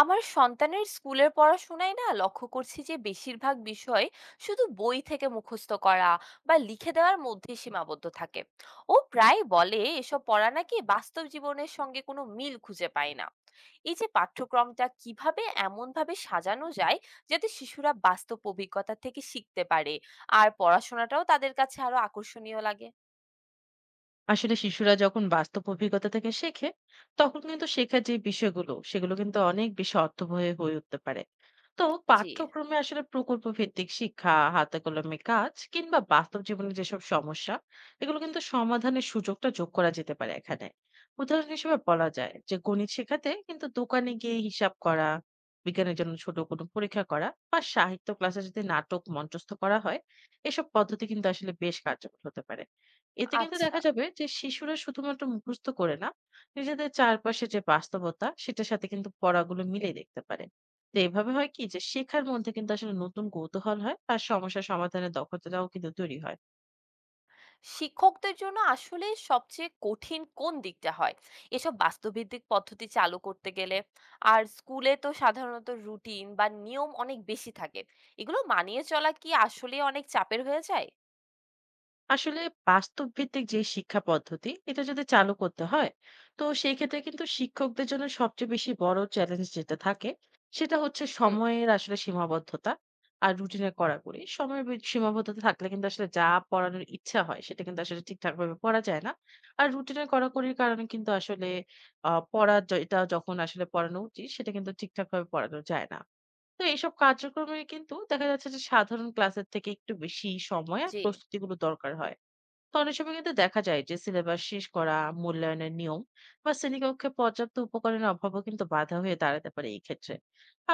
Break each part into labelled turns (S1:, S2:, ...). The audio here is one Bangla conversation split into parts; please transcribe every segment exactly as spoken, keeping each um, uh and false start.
S1: আমার সন্তানের স্কুলের পড়াশোনায় না লক্ষ্য করছি যে বেশিরভাগ বিষয় শুধু বই থেকে মুখস্থ করা বা লিখে দেওয়ার মধ্যে সীমাবদ্ধ থাকে। ও প্রায় বলে এসব পড়া নাকি বাস্তব জীবনের সঙ্গে কোনো মিল খুঁজে পায় না। এই যে পাঠ্যক্রমটা কিভাবে এমনভাবে সাজানো যায়, যাতে শিশুরা বাস্তব অভিজ্ঞতা থেকে শিখতে পারে আর পড়াশোনাটাও তাদের কাছে আরো আকর্ষণীয় লাগে?
S2: আসলে শিশুরা যখন বাস্তব অভিজ্ঞতা থেকে শেখে, তখন কিন্তু শেখার যে বিষয়গুলো সেগুলো কিন্তু অনেক বেশি অর্থবহ হয়ে উঠতে পারে। তো
S1: জি।
S2: পাঠ্যক্রমে আসলে প্রকল্প ভিত্তিক শিক্ষা, হাতে কলমে কাজ কিংবা বাস্তব জীবনে যেসব সমস্যা, এগুলো কিন্তু সমাধানের সুযোগটা যোগ করা যেতে পারে এখানে। উদাহরণ হিসেবে বলা যায় যে গণিত শেখাতে কিন্তু দোকানে গিয়ে হিসাব করা, বিজ্ঞানের জন্য ছোট কোনো পরীক্ষা করা বা সাহিত্য ক্লাসে যদি নাটক মঞ্চস্থ করা হয়, এসব পদ্ধতি কিন্তু আসলে বেশ কার্যকর হতে পারে। এতে কিন্তু
S1: আচ্ছা,
S2: দেখা যাবে যে শিশুরা শুধুমাত্র মুখস্থ করে না, নিজেদের চারপাশে যে বাস্তবতা সেটার সাথে কিন্তু পড়াগুলো মিলে দেখতে পারে। তো এভাবে হয় কি যে শেখার মধ্যে কিন্তু আসলে নতুন কৌতূহল হয় আর সমস্যা সমাধানের দক্ষতাটাও কিন্তু তৈরি হয়।
S1: শিক্ষকদের জন্য আসলে সবচেয়ে কঠিন কোন দিকটা হয় এসব বাস্তবভিত্তিক পদ্ধতি চালু করতে গেলে? আর স্কুলে তো সাধারণত রুটিন বা নিয়ম অনেক বেশি থাকে, এগুলো মানিয়ে চলা কি আসলে অনেক চাপের হয়ে যায়?
S2: আসলে বাস্তব ভিত্তিক যে শিক্ষা পদ্ধতি, এটা যদি চালু করতে হয়, তো সেই ক্ষেত্রে কিন্তু শিক্ষকদের জন্য সবচেয়ে বেশি বড় চ্যালেঞ্জ যেটা থাকে সেটা হচ্ছে
S1: হুম।
S2: সময়ের আসলে সীমাবদ্ধতা। আর রুটিনে কড়াকড়ি, সময়ের বি- সীমাবদ্ধতা থাকলে কিন্তু আসলে যা পড়ানোর ইচ্ছা হয় সেটা কিন্তু আসলে ঠিকঠাক ভাবে পড়া যায় না। আর রুটিনের কড়াকড়ির কারণে কিন্তু আসলে আহ পড়া য- এটা যখন আসলে পড়ানো উচিত সেটা কিন্তু ঠিকঠাক ভাবে পড়ানো যায় না। তো এইসব কার্যক্রমে কিন্তু দেখা যাচ্ছে যে সাধারণ ক্লাসের থেকে একটু বেশি সময় আর
S1: জি।
S2: প্রস্তুতি গুলো দরকার হয়। তো অনেক সময় কিন্তু দেখা যায় যে সিলেবাস শেষ করা, মূল্যায়নের নিয়ম বা শ্রেণীকক্ষে পর্যাপ্ত উপকরণের অভাবও কিন্তু বাধা হয়ে দাঁড়াতে পারে এই ক্ষেত্রে।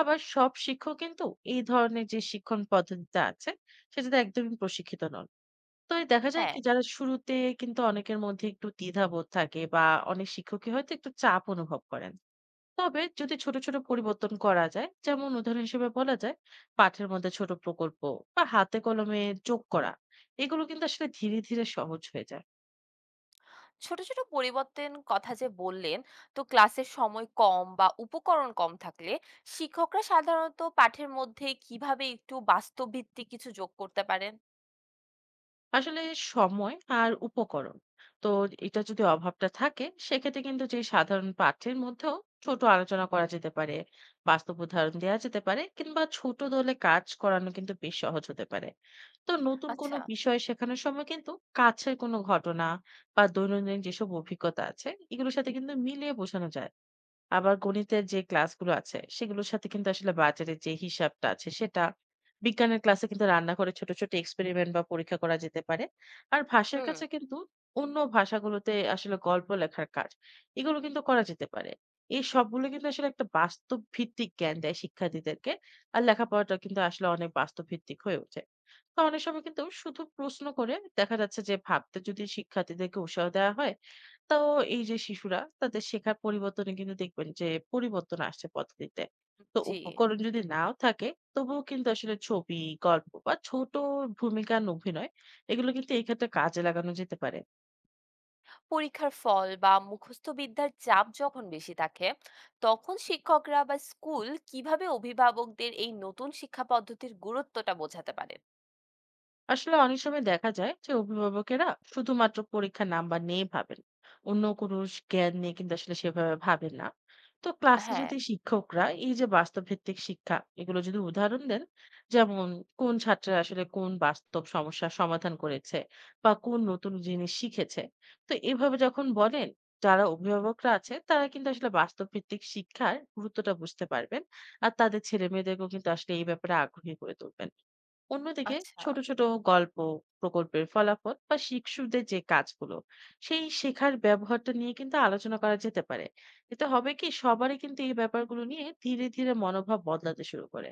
S2: আবার সব শিক্ষক কিন্তু এই ধরনের যে শিক্ষণ পদ্ধতিটা আছে সেটাতে একদমই প্রশিক্ষিত নন। তো এই দেখা যায়
S1: হ্যাঁ।
S2: কি, যারা শুরুতে কিন্তু অনেকের মধ্যে একটু দ্বিধাবোধ থাকে বা অনেক শিক্ষকই হয়তো একটু চাপ অনুভব করেন। তবে যদি ছোট, ছোট পরিবর্তন করা যায়, যেমন উদাহরণ হিসেবে বলা যায় পাঠের মধ্যে ছোট প্রকল্প বা হাতে কলমে যোগ করা, এগুলো কিন্তু আসলে ধীরে, ধীরে সহজ হয়ে যায়।
S1: ছোট ছোট পরিবর্তন কথা যে বললেন, তো ক্লাসের সময় কম বা উপকরণ কম থাকলে শিক্ষকরা সাধারণত পাঠের মধ্যে কিভাবে একটু বাস্তবভিত্তিক কিছু যোগ করতে পারেন?
S2: আসলে সময় আর উপকরণ, তো এটা যদি অভাবটা থাকে, সেক্ষেত্রে কিন্তু যে সাধারণ পাঠ্যের মধ্যেও ছোট আলোচনা করা যেতে পারে, বাস্তব উদাহরণ দেওয়া যেতে পারে কিংবা ছোট দলে কাজ করানো কিন্তু বেশ সহজ হতে পারে। তো নতুন কোনো
S1: আচ্ছা।
S2: বিষয় শেখানোর সময় কিন্তু কাছের কোনো ঘটনা বা দৈনন্দিন যেসব অভিজ্ঞতা আছে এগুলোর সাথে কিন্তু মিলিয়ে বোঝানো যায়। আবার গণিতের যে ক্লাসগুলো আছে সেগুলোর সাথে কিন্তু আসলে বাজারের যে হিসাবটা আছে সেটা, বিজ্ঞানের ক্লাসে কিন্তু রান্না করে ছোট ছোট এক্সপেরিমেন্ট বা পরীক্ষা করা যেতে পারে। আর ভাষার
S1: হুম।
S2: কাছে কিন্তু অন্য ভাষাগুলোতে আসলে গল্প লেখার কাজ, এগুলো কিন্তু করা যেতে পারে। এই সবগুলো কিন্তু আসলে একটা বাস্তব ভিত্তিক জ্ঞান দেয় শিক্ষার্থীদেরকে, আর লেখাপড়াটা কিন্তু আসলে অনেক বাস্তব ভিত্তিক হয়ে ওঠে। তো অনেক সময় কিন্তু শুধু প্রশ্ন করে দেখা যাচ্ছে যে ভাবতে যদি শিক্ষার্থীদেরকে উৎসাহ দেওয়া হয়, তো এই যে শিশুরা তাদের শেখার পরিবর্তনে কিন্তু দেখবেন যে পরিবর্তন আসছে পদ্ধতিতে। তো
S1: জি।
S2: উপকরণ যদি নাও থাকে, তবুও কিন্তু আসলে ছবি, গল্প বা ছোট ভূমিকার অভিনয়, এগুলো কিন্তু এক্ষেত্রে কাজে লাগানো যেতে পারে।
S1: পরীক্ষার ফল বা মুখস্থ বিদ্যার চাপ যখন বেশি থাকে, তখন শিক্ষকরা বা স্কুল কিভাবে অভিভাবকদের এই নতুন শিক্ষা পদ্ধতির গুরুত্বটা বোঝাতে পারে?
S2: আসলে অনেক সময় দেখা যায় যে অভিভাবকেরা শুধুমাত্র পরীক্ষার নাম্বার নিয়ে ভাবেন, অন্য কোনো স- জ্ঞান নিয়ে কিন্তু আসলে সেভাবে ভাবেন না। তো ক্লাসে
S1: হ্যাঁ।
S2: যদি শিক্ষকরা এই যে বাস্তব ভিত্তিক শিক্ষা, এগুলো যদি উদাহরণ দেন, যেমন কোন ছাত্ররা আসলে কোন বাস্তব সমস্যার সমাধান করেছে বা কোন নতুন জিনিস শিখেছে, তো এভাবে যখন বলেন, যারা অভিভাবকরা আছে তারা কিন্তু আসলে বাস্তব ভিত্তিক শিক্ষার গুরুত্বটা বুঝতে পারবেন আর তাদের ছেলে মেয়েদেরকেও কিন্তু আসলে এই ব্যাপারে আগ্রহী করে তুলবেন। অন্যদিকে
S1: আচ্ছা,
S2: ছোট ছোট গল্প, প্রকল্পের ফলাফল বা শিশুদের যে কাজগুলো, সেই শেখার ব্যবহারটা নিয়ে কিন্তু আলোচনা করা যেতে পারে। এতে হবে কি, সবারই কিন্তু এই ব্যাপারগুলো নিয়ে ধীরে ধীরে মনোভাব বদলাতে শুরু করে।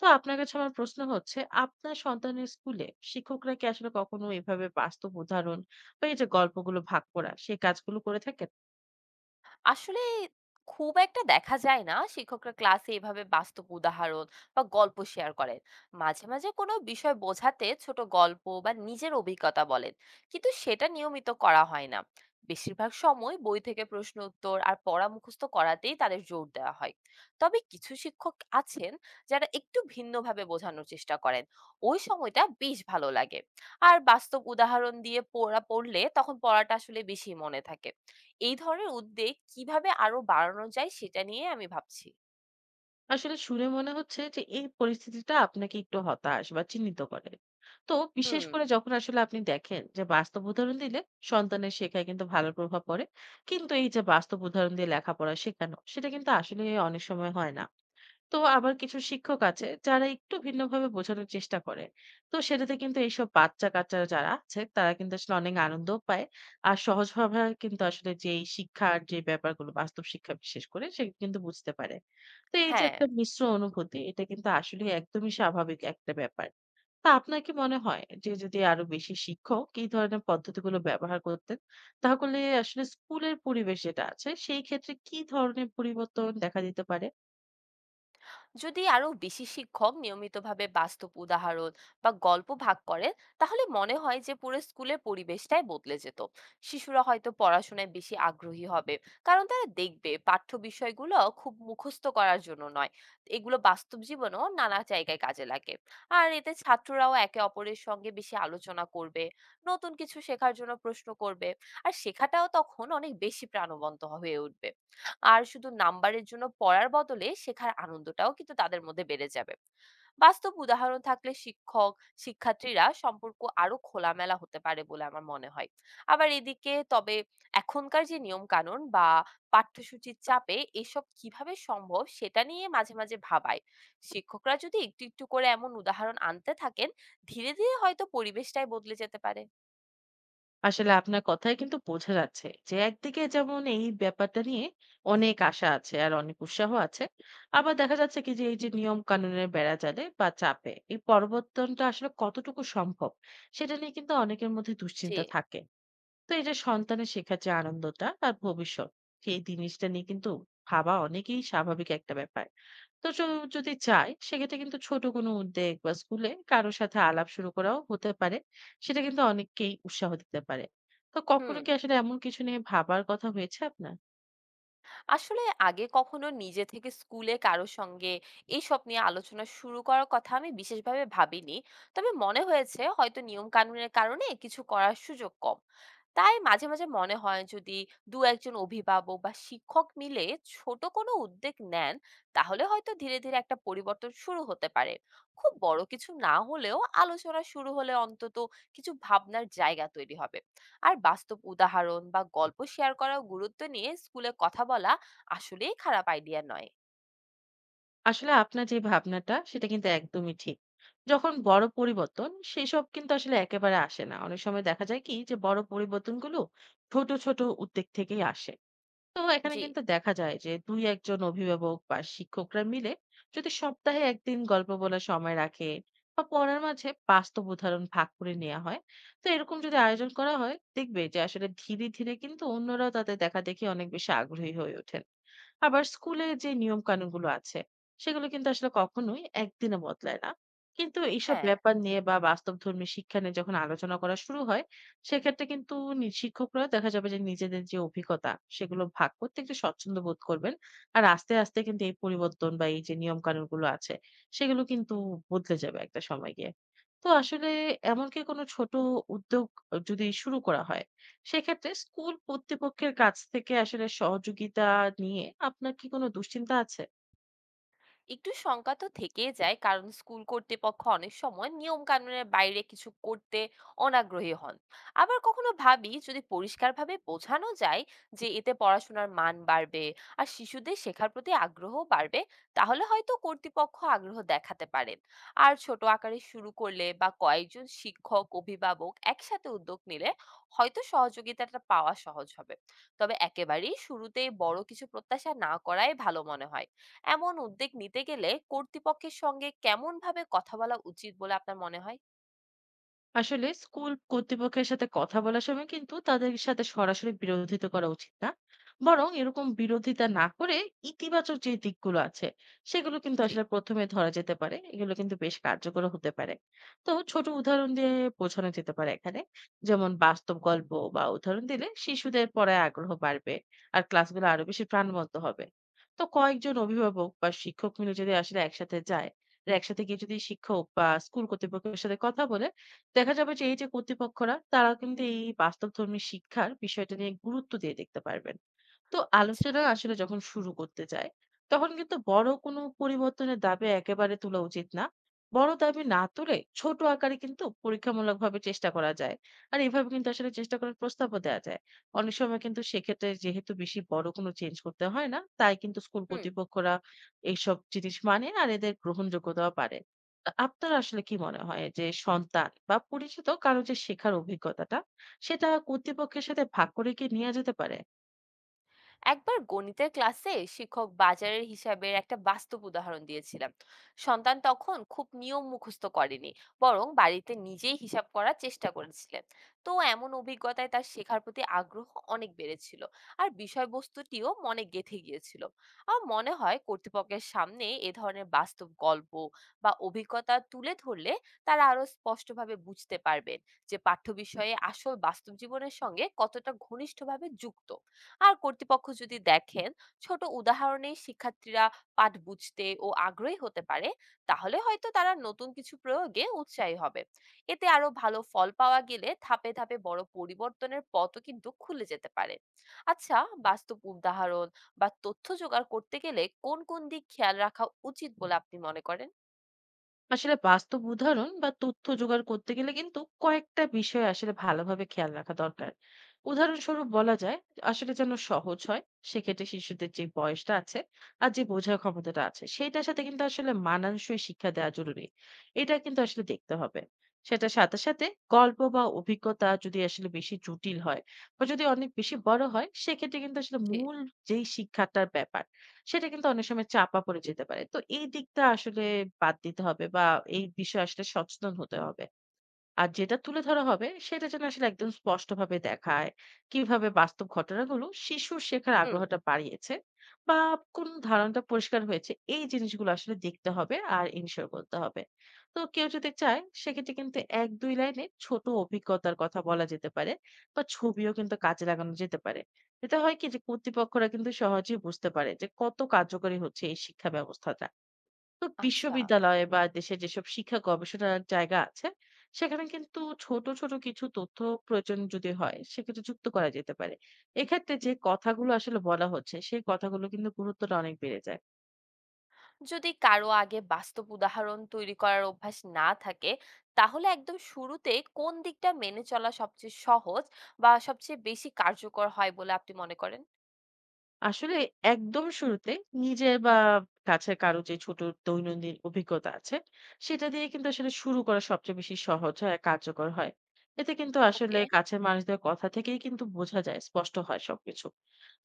S2: তো আপনার কাছে আমার প্রশ্ন হচ্ছে, আপনার সন্তানের স্কুলে শিক্ষকরা কি আসলে কখনো এভাবে বাস্তব উদাহরণ বা এই যে গল্পগুলো ভাগ করা সেই কাজগুলো করে থাকে?
S1: আসলে খুব একটা দেখা যায় না শিক্ষকরা ক্লাসে এভাবে বাস্তব উদাহরণ বা গল্প শেয়ার করেন। মাঝে মাঝে কোনো বিষয় বোঝাতে ছোট গল্প বা নিজের অভিজ্ঞতা বলেন, কিন্তু সেটা নিয়মিত করা হয় না। বেশিরভাগ সময় বই থেকে প্রশ্ন উত্তর আর পড়া মুখস্থ করাতেই তাদের জোর দেওয়া হয়। তবে কিছু শিক্ষক আছেন যারা একটু ভিন্নভাবে বোঝানোর চেষ্টা করেন, ওই সময়টা বেশ ভালো লাগে। আর বাস্তব উদাহরণ দিয়ে পড়া পড়লে তখন পড়াটা আসলে বেশি মনে থাকে। এই ধরনের উদ্বেগ কিভাবে আরো বাড়ানো যায় সেটা নিয়ে আমি ভাবছি।
S2: আসলে শুনে মনে হচ্ছে যে এই পরিস্থিতিটা আপনাকে একটু হতাশ বা চিন্তিত করে। তো বিশেষ
S1: হুম।
S2: করে যখন আসলে আপনি দেখেন যে বাস্তব উদাহরণ দিলে সন্তানের শেখায় কিন্তু ভালো প্রভাব পড়ে। কিন্তু এই যে বাস্তব উদাহরণ দিয়ে লেখাপড়া শেখানো সেটা কিন্তু আসলে অনেক সময় হয় না। তো আবার কিছু শিক্ষক আছে যারা একটু ভিন্নভাবে বোঝানোর চেষ্টা করে, তো সেটাতে কিন্তু এইসব বাচ্চা কাচ্চারা যারা আছে তারা কিন্তু আসলে অনেক আনন্দ পায় আর সহজভাবে কিন্তু আসলে যে এই শিক্ষার যে ব্যাপারগুলো, বাস্তব শিক্ষা বিশেষ করে, সেটা কিন্তু বুঝতে পারে। তো এই যে
S1: হ্যাঁ।
S2: একটা মিশ্র অনুভূতি, এটা কিন্তু আসলে একদমই স্বাভাবিক একটা ব্যাপার। তা আপনার কি মনে হয় যে যদি আরো বেশি শিক্ষক এই ধরনের পদ্ধতিগুলো ব্যবহার করতেন, তাহলে আসলে স্কুলের পরিবেশ যেটা আছে সেই ক্ষেত্রে কি ধরনের পরিবর্তন দেখা দিতে পারে?
S1: যদি আরো বেশি শিক্ষক নিয়মিতভাবে বাস্তব উদাহরণ বা গল্প ভাগ করেন, তাহলে মনে হয় যে পুরো স্কুলের পরিবেশটাই বদলে যেত। শিশুরা হয়তো পড়াশোনায় বেশি আগ্রহী হবে, কারণ তারা দেখবে পাঠ্য বিষয়গুলো খুব মুখস্থ করার জন্য নয়, এগুলো বাস্তব জীবনেও নানা জায়গায় কাজে লাগে। আর এতে ছাত্ররাও একে অপরের সঙ্গে বেশি আলোচনা করবে, নতুন কিছু শেখার জন্য প্রশ্ন করবে, আর শেখাটাও তখন অনেক বেশি প্রাণবন্ত হয়ে উঠবে। আর শুধু নাম্বারের জন্য পড়ার বদলে শেখার আনন্দটাও কিন্তু তাদের মধ্যে বেড়ে যাবে। বাস্তব উদাহরণ থাকলে শিক্ষক শিক্ষার্থীরা সম্পর্ক আরো খোলামেলা হতে পারে বলে আমার মনে হয়। আবার এদিকে তবে এখনকার যে নিয়ম কানুন বা পাঠ্যসূচির চাপে এসব কিভাবে সম্ভব সেটা নিয়ে মাঝে মাঝে ভাবায়। শিক্ষকরা যদি একটু একটু করে এমন উদাহরণ আনতে থাকেন, ধীরে ধীরে হয়তো পরিবেশটাই বদলে যেতে পারে।
S2: আসলে আপনার কথায় কিন্তু বোঝা যাচ্ছে যে একদিকে যেমন এই ব্যাপারটা নিয়ে অনেক আশা আছে আর অনেক উৎসাহ আছে, আবার দেখা যাচ্ছে কি যে এই যে নিয়ম কানুনের বেড়াজালে বা চাপে এই পরিবর্তনটা আসলে কতটুকু সম্ভব, সেটা নিয়ে কিন্তু অনেকের মধ্যে
S1: যে।
S2: দুশ্চিন্তা থাকে। তো এই যে সন্তানের শেখার যে আনন্দটা আর ভবিষ্যৎ, সেই জিনিসটা নিয়ে কিন্তু ভাবা অনেকেই স্বাভাবিক একটা ব্যাপার। তো য যদি চায়, সেক্ষেত্রে কিন্তু ছোট কোনো উদ্যোগ বা স্কুলে কারো সাথে আলাপ শুরু করাও হতে পারে। সেটা কিন্তু অনেককেই উৎসাহ দিতে পারে। তো
S1: হুম।
S2: কখনো কি আসলে এমন কিছু নিয়ে ভাবার কথা হয়েছে আপনার?
S1: আসলে আগে কখনো নিজে থেকে স্কুলে কারো সঙ্গে এইসব নিয়ে আলোচনা শুরু করার কথা আমি বিশেষভাবে ভাবিনি। তবে মনে হয়েছে হয়তো নিয়ম কানুনের কারণে কিছু করার সুযোগ কম। তাই মাঝে মাঝে মনে হয় যদি দু একজন অভিভাবক বা শিক্ষক মিলে ছোট কোনো উদ্যোগ নেন, তাহলে হয়তো ধীরে ধীরে একটা পরিবর্তন শুরু হতে পারে। খুব বড় কিছু না হলেও আলোচনা শুরু হলে অন্তত কিছু ভাবনার জায়গা তৈরি হবে। আর বাস্তব উদাহরণ বা গল্প শেয়ার করার গুরুত্ব নিয়ে স্কুলে কথা বলা আসলেই খারাপ আইডিয়া নয়।
S2: আসলে আপনার যে ভাবনাটা সেটা কিন্তু একদমই ঠিক। যখন বড় পরিবর্তন সেসব কিন্তু আসলে একেবারে আসে না। অনেক সময় দেখা যায় কি যে বড় পরিবর্তনগুলো ছোট, ছোট উদ্যোগ থেকেই আসে। তো এখানে
S1: জি।
S2: কিন্তু দেখা যায় যে দুই একজন অভিভাবক বা শিক্ষকরা মিলে যদি সপ্তাহে একদিন গল্প বলার সময় রাখে বা পড়ার মাঝে বাস্তব উদাহরণ ভাগ করে নেওয়া হয়, তো এরকম যদি আয়োজন করা হয় দেখবে যে আসলে ধীরে ধীরে কিন্তু অন্যরাও তাদের দেখা দেখি অনেক বেশি আগ্রহী হয়ে ওঠেন। আবার স্কুলে যে নিয়ম কানুন গুলো আছে সেগুলো কিন্তু আসলে কখনোই একদিনে বদলায় না, কিন্তু এইসব
S1: হ্যাঁ।
S2: ব্যাপার নিয়ে বা বাস্তবধর্মী শিক্ষা নিয়ে যখন আলোচনা করা শুরু হয় সেক্ষেত্রে কিন্তু নি শিক্ষকরা দেখা যাবে যে নিজেদের যে অভিজ্ঞতা সেগুলো ভাগ করতে একটু স্বচ্ছন্দ বোধ করবেন। আর আস্তে, আস্তে কিন্তু এই পরিবর্তন বা এই যে নিয়ম কানুনগুলো আছে সেগুলো কিন্তু বদলে যাবে একটা সময় গিয়ে। তো আসলে এমনকি কোনো ছোট উদ্যোগ যদি শুরু করা হয়, সেক্ষেত্রে স্কুল কর্তৃপক্ষের কাছ থেকে আসলে সহযোগিতা নিয়ে আপনার কি কোনো দুশ্চিন্তা আছে?
S1: একটু শঙ্কা তো থেকেই যায়, কারণ স্কুল কর্তৃপক্ষ অনেক সময় নিয়ম কানুনের বাইরে কিছু করতে অনাগ্রহী হন। আবার কখনো ভাবি যদি পরিষ্কারভাবে বোঝানো যায় যে এতে পড়াশোনার মান বাড়বে আর শিশুদের শেখার প্রতি আগ্রহ বাড়বে, তাহলে হয়তো কর্তৃপক্ষ আগ্রহ দেখাতে পারেন। আর ছোট আকারে শুরু করলে বা কয়েকজন শিক্ষক অভিভাবক একসাথে উদ্যোগ নিলে হয়তো সহযোগিতাটা পাওয়া সহজ হবে। তবে একেবারেই শুরুতেই বড় কিছু প্রত্যাশা না করাই ভালো মনে হয়। এমন উদ্যোগ নিতে গেলে কর্তৃপক্ষের সঙ্গে কেমন ভাবে কথা বলা উচিত বলে আপনার মনে হয়?
S2: আসলে স্কুল কর্তৃপক্ষের সাথে কথা বলার সময় কিন্তু তাদের সাথে সরাসরি বিরোধিতা করা উচিত না, বরং এরকম বিরোধিতা না করে ইতিবাচক যে দিকগুলো আছে সেগুলো কিন্তু
S1: জি।
S2: আসলে প্রথমে ধরা যেতে পারে, এগুলো কিন্তু বেশ কার্যকর হতে পারে। তো ছোট উদাহরণ দিয়ে বোঝানো যেতে পারে এখানে, যেমন বাস্তব গল্প বা উদাহরণ দিলে শিশুদের পড়ায় আগ্রহ বাড়বে আর ক্লাসগুলো আরো বেশি প্রাণবন্ত হবে। তো কয়েকজন অভিভাবক বা শিক্ষক মিলে যদি আসলে একসাথে যায় আর একসাথে গিয়ে যদি শিক্ষক বা স্কুল কর্তৃপক্ষের সাথে কথা বলে, দেখা যাবে যে এই যে কর্তৃপক্ষরা তারা কিন্তু এই বাস্তবধর্মী শিক্ষার বিষয়টা নিয়ে গুরুত্ব দিয়ে দেখতে পারবেন। তো
S1: আচ্ছা।
S2: আলোচনা আসলে যখন শুরু করতে যায় তখন কিন্তু বড় কোনো পরিবর্তনের দাবি একেবারে তোলা উচিত না। বড় দাবি না তুলে ছোট আকারে কিন্তু পরীক্ষামূলকভাবে চেষ্টা করা যায়, আর এভাবে কিন্তু আসলে চেষ্টা করার প্রস্তাবও দেওয়া যায়। অনেক সময় কিন্তু সেক্ষেত্রে যেহেতু বেশি বড় কোনো চেঞ্জ করতে হয় না, তাই কিন্তু স্কুল
S1: হুম।
S2: কর্তৃপক্ষরা এইসব জিনিস মানে আর এদের গ্রহণযোগ্যতাও পারে। তা আপনার আসলে কি মনে হয় যে সন্তান বা পরিচিত কারো যে শেখার অভিজ্ঞতাটা সেটা কর্তৃপক্ষের সাথে ভাগ করে কি নিয়ে যেতে পারে?
S1: একবার গণিতের ক্লাসে শিক্ষক বাজারের হিসাবের একটা বাস্তব উদাহরণ দিয়েছিলাম। সন্তান তখন খুব নিয়ম মুখস্থ করেনি, বরং বাড়িতে নিজেই হিসাব করার চেষ্টা করেছিলেন। তো এমন অভিজ্ঞতায় তার শেখার প্রতি আগ্রহ অনেক বেড়েছিল আর বিষয়বস্তুটিও মনে গেঁথে গিয়েছিল। আমার মনে হয় কর্তৃপক্ষের সামনে এ ধরনের বাস্তব গল্প বা অভিজ্ঞতা তুলে ধরলে তারা আরো স্পষ্টভাবে বুঝতে পারবেন যে পাঠ্য বিষয়ে আসল বাস্তব জীবনের সঙ্গে কতটা ঘনিষ্ঠভাবে যুক্ত। আর কর্তৃপক্ষ যদি দেখেন ছোট উদাহরণে শিক্ষার্থীরা পাঠ বুঝতে ও আগ্রহী হতে পারে, তাহলে হয়তো তারা নতুন কিছু প্রয়োগে উৎসাহী হবে। এতে আরো ভালো ফল পাওয়া গেলে ধাপে ধাপে বড় পরিবর্তনের পথও কিন্তু খুলে যেতে পারে। আচ্ছা, বাস্তব উদাহরণ বা তথ্য জোগাড় করতে গেলে কোন কোন দিক খেয়াল রাখা উচিত বলে আপনি মনে করেন?
S2: আসলে বাস্তব উদাহরণ বা তথ্য জোগাড় করতে গেলে কিন্তু কয়েকটা বিষয় আসলে ভালোভাবে খেয়াল রাখা দরকার। উদাহরণস্বরূপ বলা যায়, আসলে যেন সহজ হয়, সেক্ষেত্রে শিশুদের যে বয়সটা আছে আর যে বোঝার ক্ষমতাটা আছে সেটার সাথে কিন্তু আসলে মানানসই শিক্ষা দেওয়া জরুরি, এটা কিন্তু আসলে দেখতে হবে। সেটার সাথে সাথে গল্প বা অভিজ্ঞতা যদি আসলে বেশি জটিল হয় বা যদি অনেক বেশি বড় হয়, সেক্ষেত্রে কিন্তু আসলে
S1: যে।
S2: মূল যেই শিক্ষাটার ব্যাপার সেটা কিন্তু অনেক সময় চাপা পড়ে যেতে পারে। তো এই দিকটা আসলে বাদ দিতে হবে বা এই বিষয়ে আসলে সচেতন হতে হবে। আর যেটা তুলে ধরা হবে সেটা যেন আসলে একদম স্পষ্টভাবে দেখায় কিভাবে বাস্তব ঘটনাগুলো শিশুর শেখার
S1: হুম।
S2: আগ্রহটা বাড়িয়েছে বা কোন ধারণাটা পরিষ্কার হয়েছে, এই জিনিসগুলো আসলে দেখতে হবে আর ইনশিওর করতে হবে। তো কেউ যদি চায় সেক্ষেত্রে কিন্তু এক দুই লাইনে ছোট অভিজ্ঞতার কথা বলা যেতে পারে বা ছবিও কিন্তু কাজে লাগানো যেতে পারে। এটা হয় কি যে কর্তৃপক্ষরা কিন্তু সহজেই বুঝতে পারে যে কত কার্যকরী হচ্ছে এই শিক্ষা ব্যবস্থাটা। তো
S1: আচ্ছা।
S2: বিশ্ববিদ্যালয়ে বা দেশের যেসব শিক্ষা গবেষণার জায়গা আছে সেখানে কিন্তু ছোট ছোট কিছু তথ্য, প্রয়োজন যদি হয় সেক্ষেত্রে যুক্ত করা যেতে পারে। এক্ষেত্রে যে কথাগুলো আসলে বলা হচ্ছে সেই কথাগুলো কিন্তু গুরুত্বটা অনেক বেড়ে যায়।
S1: যদি কারো আগে বাস্তব উদাহরণ তৈরি করার অভ্যাস না থাকে, তাহলে একদম শুরুতে কোন দিকটা মেনে চলা সবচেয়ে সহজ বা সবচেয়ে বেশি কার্যকর হয় বলে আপনি মনে করেন?
S2: আসলে একদম শুরুতে নিজের বা কাছের কারো যে ছোট দৈনন্দিন অভিজ্ঞতা আছে সেটা দিয়ে কিন্তু আসলে শুরু করা সবচেয়ে বেশি সহজ হয় আর কার্যকর হয়। এতে কিন্তু আসলে
S1: ওকে।
S2: কাছের মানুষদের কথা থেকেই কিন্তু বোঝা যায়, স্পষ্ট হয় সবকিছু।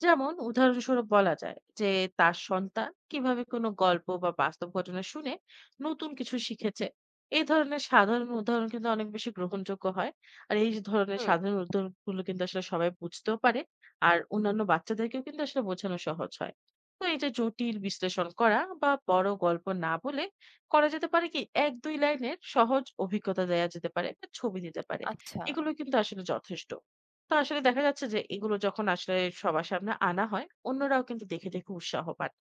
S2: যেমন উদাহরণস্বরূপ বলা যায় যে তার সন্তান কিভাবে কোনো গল্প বা বাস্তব ঘটনা শুনে নতুন কিছু শিখেছে, এই ধরনের সাধারণ উদাহরণ কিন্তু অনেক বেশি গ্রহণযোগ্য হয়। আর এই ধরনের
S1: হুম।
S2: সাধারণ উদাহরণগুলো কিন্তু আসলে সবাই বুঝতেও পারে আর অন্যান্য বাচ্চাদেরকেও কিন্তু আসলে বোঝানো সহজ হয়। তো এই যে জটিল বিশ্লেষণ করা বা বড় গল্প না বলে করা যেতে পারে কি, এক দুই লাইনের সহজ অভিজ্ঞতা দেয়া যেতে পারে বা ছবি দিতে পারে,
S1: আচ্ছা।
S2: এগুলো কিন্তু আসলে যথেষ্ট। তো আসলে দেখা যাচ্ছে যে এগুলো যখন আসলে সবার সামনে আনা হয় অন্যরাও কিন্তু দেখে দেখে উৎসাহ পান।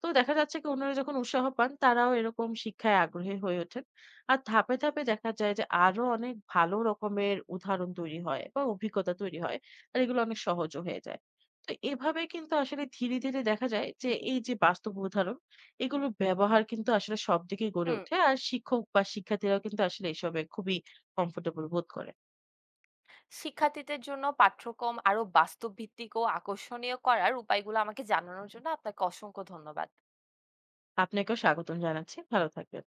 S2: তো দেখা যাচ্ছে কি অন্যরা যখন উৎসাহ পান তারাও এরকম শিক্ষায় আগ্রহী হয়ে ওঠেন আর ধাপে ধাপে দেখা যায় যে আরো অনেক ভালো রকমের উদাহরণ তৈরি হয় বা অভিজ্ঞতা তৈরি হয় আর এগুলো অনেক সহজও হয়ে যায়। তো এভাবে কিন্তু আসলে ধীরে, ধীরে দেখা যায় যে এই যে বাস্তব উদাহরণ এগুলোর ব্যবহার কিন্তু আসলে সব দিকেই গড়ে
S1: হুম।
S2: ওঠে। আর শিক্ষক বা শিক্ষার্থীরাও কিন্তু আসলে এসবে খুবই কমফোর্টেবল বোধ করে।
S1: শিক্ষার্থীদের জন্য পাঠ্যক্রম আরো বাস্তব ভিত্তিক ও আকর্ষণীয় করার উপায়গুলো আমাকে জানানোর জন্য আপনাকে অসংখ্য ধন্যবাদ।
S2: আপনাকেও স্বাগতম জানাচ্ছি। ভালো থাকবেন।